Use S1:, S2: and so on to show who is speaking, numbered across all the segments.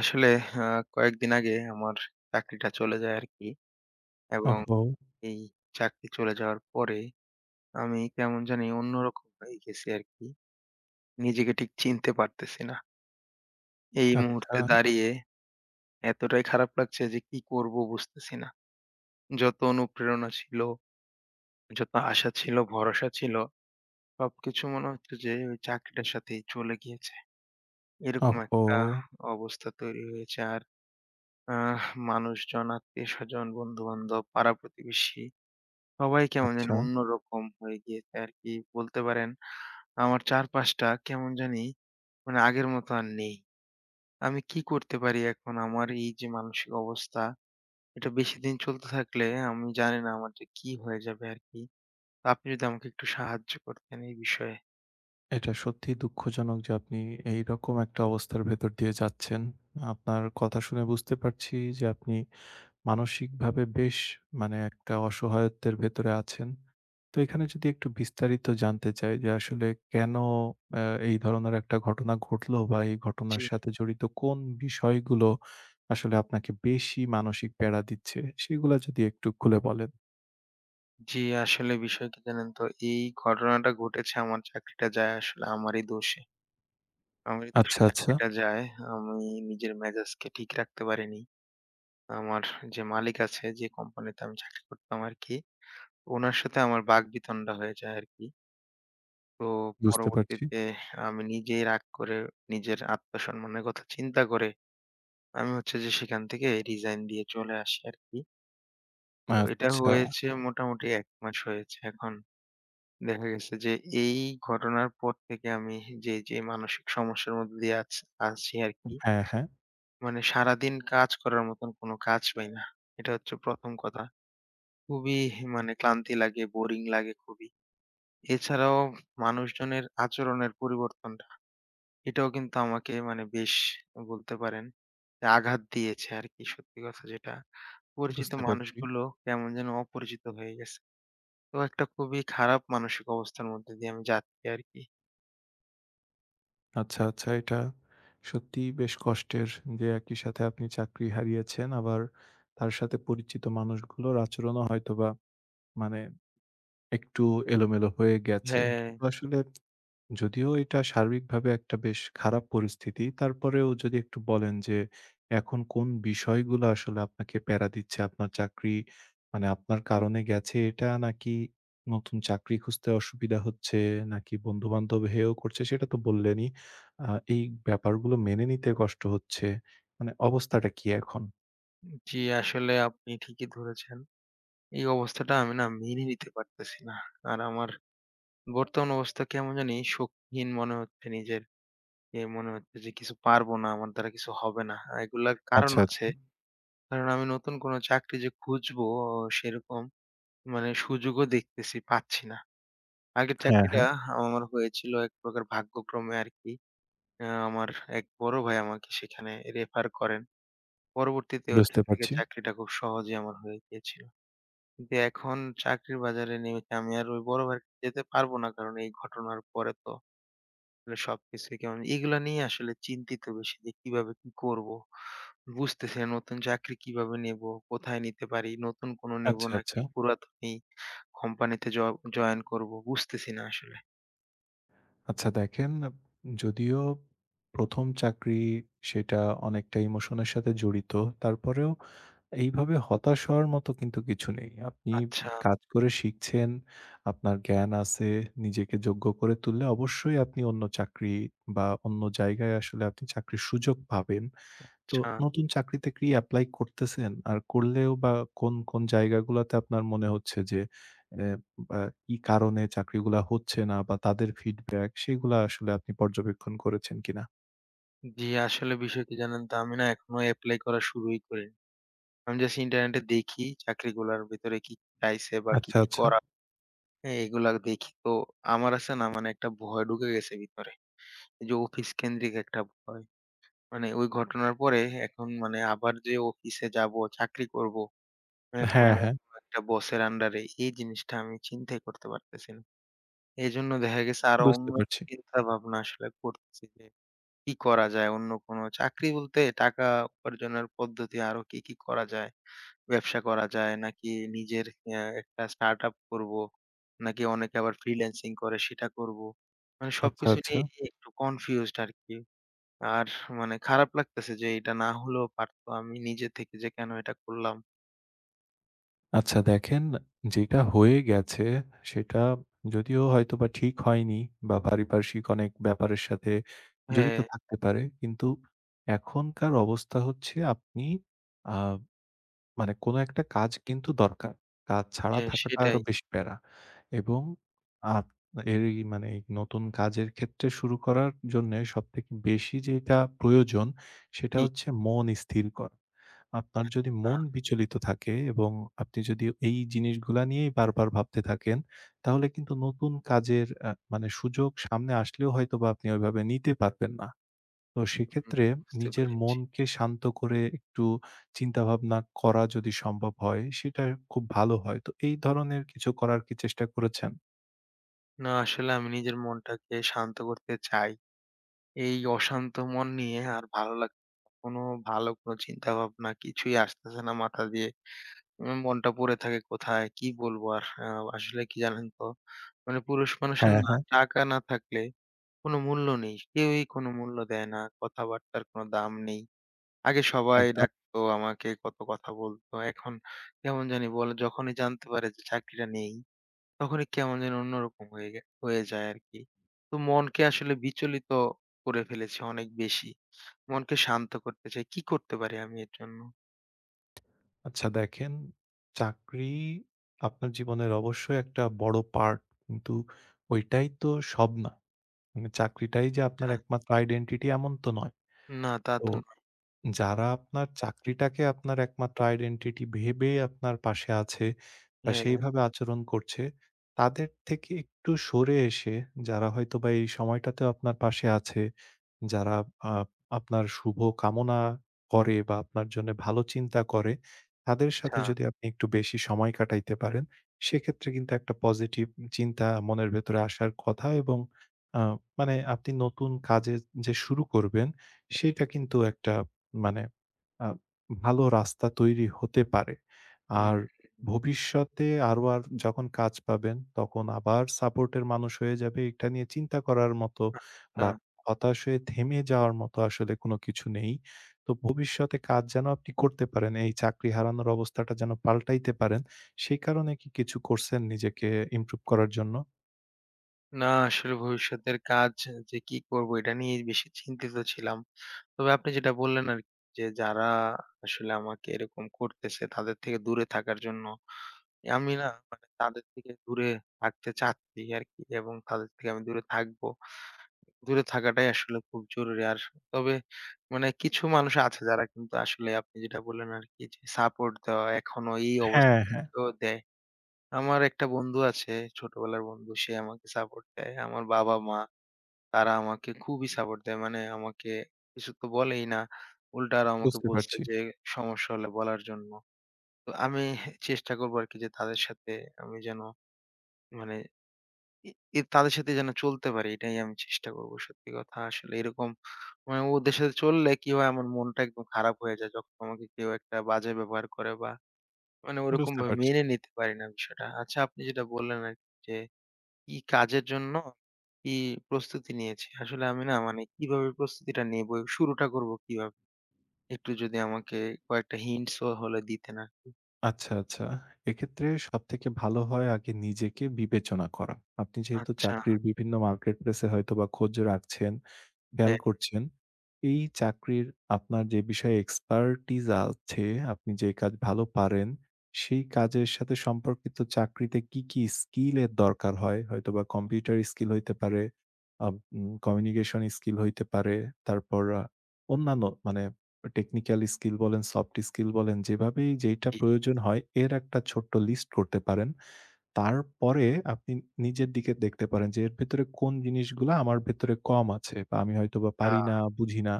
S1: আসলে আ কয়েকদিন আগে আমার চাকরিটা চলে যায় আরকি। এবং
S2: ওহো!
S1: এই চাকরি চলে যাওয়ার পরে আমি কেমন জানি অন্যরকম হয়ে গেছি আরকি। নিজেকে ঠিক চিনতে পারতেছি না। এই
S2: আচ্ছা,
S1: মুহূর্তে দাঁড়িয়ে এতটাই খারাপ লাগছে যে কি করব বুঝতেছি না। যত অনুপ্রেরণা ছিল, যত আশা ছিল, ভরসা ছিল, সবকিছু মনে হচ্ছে যে ওই চাকরিটার সাথেই চলে গিয়েছে। এরকম
S2: ওহো!
S1: একটা অবস্থা তৈরি হয়েছে। আর আহ মানুষজন, আত্মীয়স্বজন, বন্ধু-বান্ধব, পাড়া-প্রতিবেশী সবাই কেমন জানি
S2: আচ্ছা।
S1: অন্যরকম হয়ে গিয়েছে আরকি বলতে পারেন। আমার চারপাশটা কেমন জানি মানে আগের মতো আর নেই। আমি কি করতে পারি এখন? আমার এই যে মানসিক অবস্থা, এটা বেশিদিন চলতে থাকলে আমি জানি না আমার যে কি হয়ে যাবে আরকি। আপনি যদি আমাকে একটু সাহায্য করতেন এই বিষয়ে।
S2: এটা সত্যিই দুঃখজনক যে আপনি এইরকম একটা অবস্থার ভেতর দিয়ে যাচ্ছেন। আপনার কথা শুনে বুঝতে পারছি যে আপনি মানসিকভাবে বেশ মানে একটা অসহায়ত্বের ভেতরে আছেন। তো এখানে যদি একটু বিস্তারিত জানতে চাই যে আসলে কেন আ এই ধরনের একটা ঘটনা ঘটলো বা এই
S1: জি,
S2: ঘটনার সাথে জড়িত কোন বিষয়গুলো আসলে আপনাকে বেশি মানসিক প্যারা দিচ্ছে সেগুলা যদি একটু খুলে বলেন।
S1: জি আসলে বিষয় কি জানেন তো? এই ঘটনাটা ঘটেছে আমার চাকরিটা যায় আসলে আমারই দোষে। আমারই
S2: আচ্ছা,
S1: দোষে
S2: আচ্ছা।
S1: চাকরিটা যায়। আমি নিজের মেজাজকে ঠিক রাখতে পারিনি। আমার যে মালিক আছে, যে কোম্পানিতে আমি চাকরি করতাম আরকি, উনার সাথে আমার বাকবিতণ্ডা হয়ে যায় আরকি। তো
S2: বুঝতে পারছি।
S1: পরবর্তীতে আমি নিজেই রাগ করে নিজের আত্মসম্মানের কথা চিন্তা করে আমি হচ্ছে যে সেখান থেকে রিজাইন দিয়ে চলে আসি আরকি। এটা
S2: আচ্ছা।
S1: হয়েছে মোটামুটি ১ মাস হয়েছে। এখন দেখা গেছে যে এই ঘটনার পর থেকে আমি যে মানসিক সমস্যার মধ্যে দিয়ে আছি আরকি,
S2: হ্যাঁ, হ্যাঁ।
S1: মানে সারাদিন কাজ করার মতন কোনো কাজ পাই না। এটা হচ্ছে ১ম কথা। খুবই মানে ক্লান্তি লাগে, বোরিং লাগে খুবই। এছাড়াও মানুষজনের আচরণের পরিবর্তনটা, এটাও কিন্তু আমাকে মানে বেশ বলতে পারেন যে আঘাত দিয়েছে আরকি সত্যি কথা যেটা। পরিচিত
S2: বুঝতে পারছি।
S1: মানুষগুলো কেমন যেন অপরিচিত হয়ে গেছে। তো একটা খুবই খারাপ মানসিক অবস্থার মধ্যে দিয়ে আমি যাচ্ছি আরকি।
S2: আচ্ছা, আচ্ছা। এটা সত্যিই বেশ কষ্টের যে একই সাথে আপনি চাকরি হারিয়েছেন। আবার তার সাথে পরিচিত মানুষগুলোর আচরণও হয়তোবা মানে একটু এলোমেলো হয়ে গেছে।
S1: হ্যাঁ,
S2: তো আসলে যদিও এটা শারীরিকভাবে একটা বেশ খারাপ পরিস্থিতি, তারপরেও যদি একটু বলেন যে এখন কোন বিষয়গুলো আসলে আপনাকে প্যারা দিচ্ছে? আপনার চাকরি মানে আপনার কারণে গেছে এটা? নাকি নতুন চাকরি খুঁজতে অসুবিধা হচ্ছে? নাকি বন্ধু-বান্ধব হেয় করছে সেটা তো বললেনই। আ এই ব্যাপারগুলো মেনে নিতে কষ্ট হচ্ছে। মানে অবস্থাটা কি এখন?
S1: জি আসলে আপনি ঠিকই ধরেছেন। এই অবস্থাটা আমি না মেনে নিতে পারতেছি না। আর আমার বর্তমান অবস্থা কেমন জানি শক্তিহীন মনে হচ্ছে নিজের। এ মনে হচ্ছে যে কিছু পারবো না, আমার দ্বারা কিছু হবে না। এগুলার কারণ
S2: আচ্ছা, আচ্ছা।
S1: আছে। কারণ আমি নতুন কোনো চাকরি যে খুঁজবো সেরকম মানে সুযোগও দেখতেছি, পাচ্ছি না। আগের
S2: হ্যাঁ,
S1: চাকরিটা
S2: হ্যাঁ।
S1: আমার হয়েছিল এক প্রকার ভাগ্যক্রমে আরকি। আমার এক বড় ভাই আমাকে সেখানে রেফার করেন। পরবর্তীতে ওইখান
S2: বুঝতে
S1: থেকে
S2: পারছি।
S1: চাকরিটা খুব সহজেই আমার হয়ে গিয়েছিল। কিন্তু এখন চাকরির বাজারে নেমেছি আমি আর ওই বড় ভাইয়ের কাছে যেতে পারবো না। কারণ এই ঘটনার পরে তো আসলে সবকিছুই কেমন এগুলা নিয়ে আসলে চিন্তিত বেশি যে কিভাবে কি করবো? বুঝতেছি না নতুন চাকরি কিভাবে নেবো? কোথায় নিতে পারি? নতুন কোনো নেবো
S2: আচ্ছা, আচ্ছা।
S1: নাকি পুরাতনই কোম্পানিতে জয়েন করব? বুঝতেছি না আসলে।
S2: আচ্ছা দেখেন, যদিও প্রথম চাকরি সেটা অনেকটা ইমোশনের সাথে জড়িত। তারপরেও এইভাবে হতাশ হওয়ার মতো কিন্তু কিছু নেই। আপনি
S1: আচ্ছা,
S2: কাজ করে শিখছেন, আপনার জ্ঞান আছে, নিজেকে যোগ্য করে তুললে অবশ্যই আপনি অন্য চাকরি বা অন্য জায়গায় আসলে আপনি চাকরির সুযোগ পাবেন। তো
S1: আচ্ছা।
S2: নতুন চাকরিতে কি এপ্লাই করতেছেন? আর করলেও বা কোন, কোন জায়গাগুলাতে আপনার মনে হচ্ছে যে এ বা কি কারণে চাকরিগুলা হচ্ছে না বা তাদের ফিডব্যাক সেগুলা আসলে আপনি পর্যবেক্ষণ করেছেন কিনা?
S1: জি, আসলে বিষয় কি জানেন তো? আমি না এখনো এপ্লাই করা শুরুই করিনি। আমি জাস্ট ইন্টারনেটে দেখি চাকরিগুলার ভেতরে কি কি চাইছে বা কি,
S2: আচ্ছা,
S1: কি
S2: আচ্ছা।
S1: করা হ্যাঁ, এগুলা দেখি। তো আমার আছে না মানে একটা ভয় ঢুকে গেছে ভিতরে। এই যে অফিস কেন্দ্রিক একটা ভয়। মানে ওই ঘটনার পরে এখন মানে আবার যে অফিসে যাবো, চাকরি করব হ্যাঁ,
S2: হ্যাঁ,
S1: কোনো
S2: হ্যাঁ
S1: একটা বসের আন্ডারে এই জিনিসটা আমি চিন্তাই করতে পারতেছি না। এজন্য দেখা গেছে আরো
S2: বুঝতে
S1: অন্য
S2: পারছি।
S1: চিন্তা ভাবনা আসলে করতেছি যে কি করা যায়? অন্য কোনো চাকরি বলতে টাকা উপার্জনের পদ্ধতি আরো কি, কি করা যায়? ব্যবসা করা যায় নাকি নিজের একটা স্টার্টআপ করবো? নাকি অনেকে আবার ফ্রিল্যান্সিং করে সেটা করবো। মানে
S2: আচ্ছা,
S1: সবকিছু
S2: আচ্ছা।
S1: নিয়ে একটু কনফিউজড আরকি। আর মানে খারাপ লাগতেছে যে এটা না হলেও পারতো। আমি নিজে থেকে যে কেন এটা করলাম?
S2: আচ্ছা দেখেন, যেটা হয়ে গেছে সেটা যদিও হয়তোবা ঠিক হয়নি বা পারিপার্শ্বিক অনেক ব্যাপারের সাথে জড়িত
S1: হ্যাঁ,
S2: থাকতে পারে। কিন্তু এখনকার অবস্থা হচ্ছে আপনি আ মানে কোনো একটা কাজ কিন্তু দরকার। কাজ ছাড়া
S1: হ্যাঁ
S2: থাকাটা আরো
S1: সেটাই।
S2: বেশি প্যারা এবং আপ এর এই মানে এই নতুন কাজের ক্ষেত্রে শুরু করার জন্যে সবথেকে বেশি যেটা প্রয়োজন সেটা
S1: কি
S2: হচ্ছে মন স্থির করা। আপনার যদি
S1: আ
S2: মন বিচলিত থাকে এবং আপনি যদি এই জিনিসগুলা নিয়েই বারবার ভাবতে থাকেন, তাহলে কিন্তু নতুন কাজের মানে সুযোগ সামনে আসলেও হয়তোবা আপনি ওইভাবে নিতে পারবেন না। তো সেক্ষেত্রে
S1: হুম, বুঝতে
S2: নিজের
S1: পেরেছি।
S2: মনকে শান্ত করে একটু চিন্তাভাবনা করা যদি সম্ভব হয়, সেটা খুব ভালো হয়। তো এই ধরনের কিছু করার কি চেষ্টা করেছেন?
S1: না আসলে আমি নিজের মনটাকে শান্ত করতে চাই। এই অশান্ত মন নিয়ে আর ভালো কোনো ভালো কোনো চিন্তা ভাবনা কিছুই আসতেছে না মাথা দিয়ে। মনটা পড়ে থাকে কোথায়? কি বলবো আর? আসলে কি জানেন তো? মানে পুরুষ মানুষের
S2: হ্যাঁ,
S1: না
S2: হ্যাঁ,
S1: টাকা না থাকলে কোনো মূল্য নেই। কেউই কোনো মূল্য দেয় না। কথাবার্তার কোনো দাম নেই। আগে সবাই
S2: একদম।
S1: ডাকতো আমাকে, কত কথা বলতো। এখন কেমন জানি বলে যখনই জানতে পারে যে চাকরিটা নেই তখনই কেমন যেন অন্যরকম হয়ে হয়ে যায় আরকি। তো মনকে আসলে বিচলিত করে ফেলেছি অনেক বেশি। মনকে শান্ত করতে চাই। কি করতে পারি আমি এর জন্য?
S2: আচ্ছা দেখেন, চাকরি আপনার জীবনের অবশ্যই একটা বড় পার্ট। কিন্তু ওইটাই তো সব না। মানে চাকরিটাই যে আপনার
S1: আচ্ছা।
S2: একমাত্র আইডেন্টিটি এমন তো নয়।
S1: না তা
S2: তো
S1: তো নয়।
S2: যারা আপনার চাকরিটাকে আপনার একমাত্র আইডেন্টিটি ভেবে আপনার পাশে আছে বা
S1: হ্যাঁ,
S2: সেইভাবে আচরণ করছে, তাদের থেকে একটু সরে এসে যারা হয়তোবা এই সময়টাতেও আপনার পাশে আছে যারা আ আপনার শুভ কামনা করে বা আপনার জন্য ভালো চিন্তা করে, তাদের সাথে
S1: আচ্ছা।
S2: যদি আপনি একটু বেশি সময় কাটাইতে পারেন, সেক্ষেত্রে কিন্তু একটা পজিটিভ চিন্তা মনের ভেতরে আসার কথা এবং আ মানে আপনি নতুন কাজে যে শুরু করবেন, সেটা কিন্তু একটা মানে আ ভালো রাস্তা তৈরি হতে পারে।
S1: হুম,
S2: আর
S1: হুম।
S2: ভবিষ্যতে আরো আর যখন কাজ পাবেন, তখন আবার সাপোর্টের মানুষ হয়ে যাবে, এটা নিয়ে চিন্তা করার মতো
S1: আ
S2: বা হতাশ হয়ে থেমে যাওয়ার মতো আসলে কোনো কিছু নেই। তো ভবিষ্যতে কাজ যেন আপনি করতে পারেন, এই চাকরি হারানোর অবস্থাটা যেন পাল্টাইতে পারেন, সেই কারণে কি কিছু করছেন নিজেকে ইমপ্রুভ করার জন্য?
S1: না আসলে ভবিষ্যতের কাজ যে কি করব এটা নিয়েই বেশি চিন্তিত ছিলাম। তবে আপনি যেটা বললেন আরকি যে যারা আসলে আমাকে এরকম করতেছে তাদের থেকে দূরে থাকার জন্য আমি না মানে তাদের থেকে দূরে থাকতে চাচ্ছি আরকি এবং তাদের থেকে আমি দূরে থাকবো। দূরে থাকাটাই আসলে খুব জরুরি। আর তবে মানে কিছু মানুষ আছে যারা কিন্তু আসলে আপনি যেটা বললেন আরকি যে সাপোর্ট দেওয়া এখনো এই
S2: হ্যাঁ,
S1: অবস্থা
S2: হ্যাঁ।
S1: থেকেও দেয়। আমার একটা বন্ধু আছে, ছোটবেলার বন্ধু সে আমাকে সাপোর্ট দেয়। আমার বাবা-মা তারা আমাকে খুবই সাপোর্ট দেয়। মানে আমাকে কিছু তো বলেই না। উল্টা আরো আমাকে
S2: বুঝতে
S1: বলছে
S2: পারছি,
S1: যে সমস্যা হলে বলার জন্য। তো আমি চেষ্টা করবো আরকি যে তাদের সাথে আমি যেন মানে এ এ তাদের সাথে যেন চলতে পারি এটাই আমি চেষ্টা করব। সত্যি কথা আসলে এরকম মানে ওদের সাথে চললে কি হয় আমার মনটা একদম খারাপ হয়ে যায় যখন আমাকে কেউ একটা বাজে ব্যবহার করে বা মানে ওরকম
S2: বুঝতে
S1: ভাবে
S2: পারছি।
S1: মেনে নিতে পারি না বিষয়টা। আচ্ছা আপনি যেটা বললেন আরকি যে কি কাজের জন্য কি প্রস্তুতি নিয়েছি। আসলে আমি না মানে কিভাবে প্রস্তুতিটা নেব, শুরুটা করব কিভাবে? একটু যদি আমাকে কয়েকটা হিন্টস ও হলে দিতেন আরকি।
S2: আচ্ছা, আচ্ছা। এক্ষেত্রে সবথেকে ভালো হয় আগে নিজেকে বিবেচনা করা। আপনি যেহেতু
S1: আচ্ছা
S2: চাকরির বিভিন্ন মার্কেট প্লেস এ হয়তোবা খোঁজ রাখছেন, খেয়াল
S1: হ্যাঁ,
S2: করছেন। এই চাকরির আপনার যে বিষয়ে এক্সপার্টিজ আছে, আপনি যে কাজ ভালো পারেন, সেই কাজের সাথে সম্পর্কিত চাকরিতে কি, কি স্কিল এর দরকার হয়? হয়তোবা কম্পিউটার স্কিল হইতে পারে, আব উম কমিউনিকেশন স্কিল হইতে পারে। তারপর অন্যান্য মানে টেকনিক্যাল স্কিল বলেন, সফট স্কিল বলেন, যেভাবেই যেইটা
S1: জি,
S2: প্রয়োজন হয় এর একটা ছোট্ট লিস্ট করতে পারেন। তারপরে আপনি নিজের দিকে দেখতে পারেন যে এর ভেতরে কোন জিনিসগুলা আমার ভেতরে কম আছে বা আমি হয়তোবা
S1: আ
S2: পারি না, বুঝি না।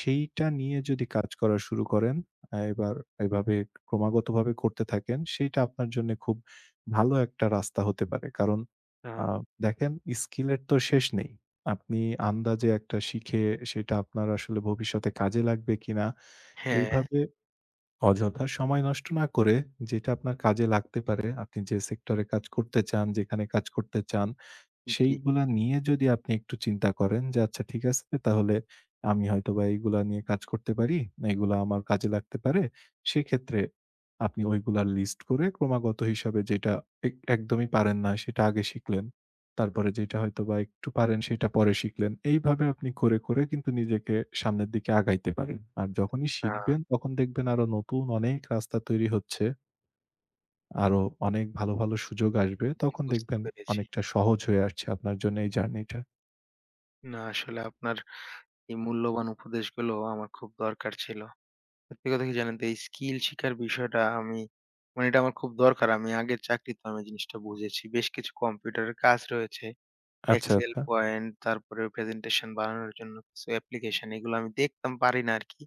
S2: সেইটা নিয়ে যদি কাজ করা শুরু করেন, এবার এভাবে ক্রমাগতভাবে করতে থাকেন, সেইটা আপনার জন্যে খুব ভালো একটা রাস্তা হতে পারে। কারণ আ
S1: আ
S2: দেখেন স্কিলের তো শেষ নেই। আপনি আন্দাজে একটা শিখে সেটা আপনার আসলে ভবিষ্যতে কাজে লাগবে কিনা?
S1: হ্যাঁ,
S2: এইভাবে অযথা সময় নষ্ট না করে যেটা আপনার কাজে লাগতে পারে, আপনি যে সেক্টরে কাজ করতে চান, যেখানে কাজ করতে চান,
S1: জি,
S2: সেইগুলা নিয়ে যদি আপনি একটু চিন্তা করেন যে, "আচ্ছা ঠিক আছে তাহলে আমি হয়তোবা এইগুলা নিয়ে কাজ করতে পারি, এগুলা আমার কাজে লাগতে পারে।" সেক্ষেত্রে আপনি ওইগুলার লিস্ট করে ক্রমাগত হিসাবে যেটা একদমই পারেন না সেটা আগে শিখলেন। তারপরে যেটা হয়তোবা একটু পারেন সেটা পরে শিখলেন। এইভাবে আপনি করে, করে কিন্তু নিজেকে সামনের দিকে আগাইতে পারেন। আর যখনই
S1: আ
S2: শিখবেন তখন দেখবেন আরো নতুন অনেক রাস্তা তৈরি হচ্ছে। আরো অনেক ভালো, ভালো সুযোগ আসবে। তখন
S1: বুঝতে
S2: দেখবেন
S1: পেরেছি।
S2: অনেকটা সহজ হয়ে আসছে আপনার জন্য এই জার্নিটা।
S1: না, আসলে আপনার এই মূল্যবান উপদেশগুলো আমার খুব দরকার ছিল। সত্যি কথা কি জানেন তো? এই স্কিল শিখার বিষয়টা আমি মানে এটা আমার খুব দরকার। আমি আগের চাকরিতে আমি জিনিসটা বুঝেছি। বেশ কিছু কম্পিউটারের কাজ রয়েছে।
S2: আচ্ছা,
S1: এক্সেল,
S2: আচ্ছা।
S1: পয়েন্ট তারপরে প্রেজেন্টেশন বানানোর জন্য কিছু অ্যাপ্লিকেশন এগুলো আমি দেখতাম পারি না আরকি।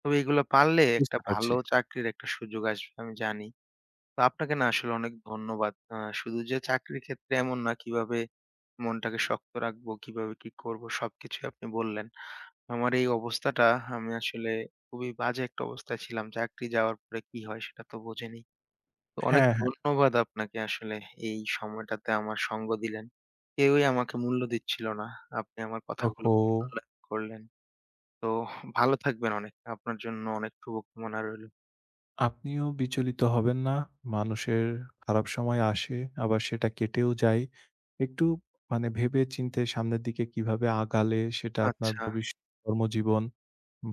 S1: তবে এগুলো পারলে একটা
S2: বুঝতে পারছি।
S1: ভালো চাকরির একটা সুযোগ আসবে আমি জানি। তো আপনাকে না আসলে অনেক ধন্যবাদ। আ শুধু যে চাকরির ক্ষেত্রে এমন না কিভাবে মনটাকে শক্ত রাখবো, কিভাবে কি করব সবকিছুই আপনি বললেন। আমার এই অবস্থাটা আমি আসলে খুবই বাজে একটা অবস্থায় ছিলাম। চাকরি যাওয়ার পরে কি হয় সেটা তো বোঝেনই। তো অনেক
S2: হ্যাঁ, হ্যাঁ।
S1: ধন্যবাদ আপনাকে আসলে এই সময়টাতে আমার সঙ্গ দিলেন। কেউই আমাকে মূল্য দিচ্ছিল না। আপনি আমার কথাগুলো
S2: ওহো!
S1: মূল্যায়ন করলেন। তো ভালো থাকবেন অনেক। আপনার জন্য অনেক শুভকামনা রইলো।
S2: আপনিও বিচলিত হবেন না। মানুষের খারাপ সময় আসে, আবার সেটা কেটেও যায়। একটু মানে ভেবে চিন্তে সামনের দিকে কিভাবে আগালে সেটা আপনার
S1: আচ্ছা।
S2: ভবিষ্যৎ কর্মজীবন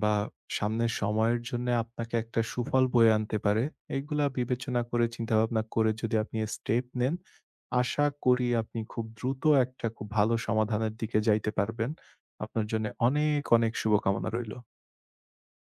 S2: বা সামনের সময়ের জন্যে আপনাকে একটা সুফল বয়ে আনতে পারে। এগুলা বিবেচনা করে চিন্তাভাবনা করে যদি আপনি স্টেপ নেন, আশা করি আপনি খুব দ্রুত একটা খুব ভালো সমাধানের দিকে যাইতে পারবেন। আপনার জন্যে অনেক, অনেক শুভকামনা রইল।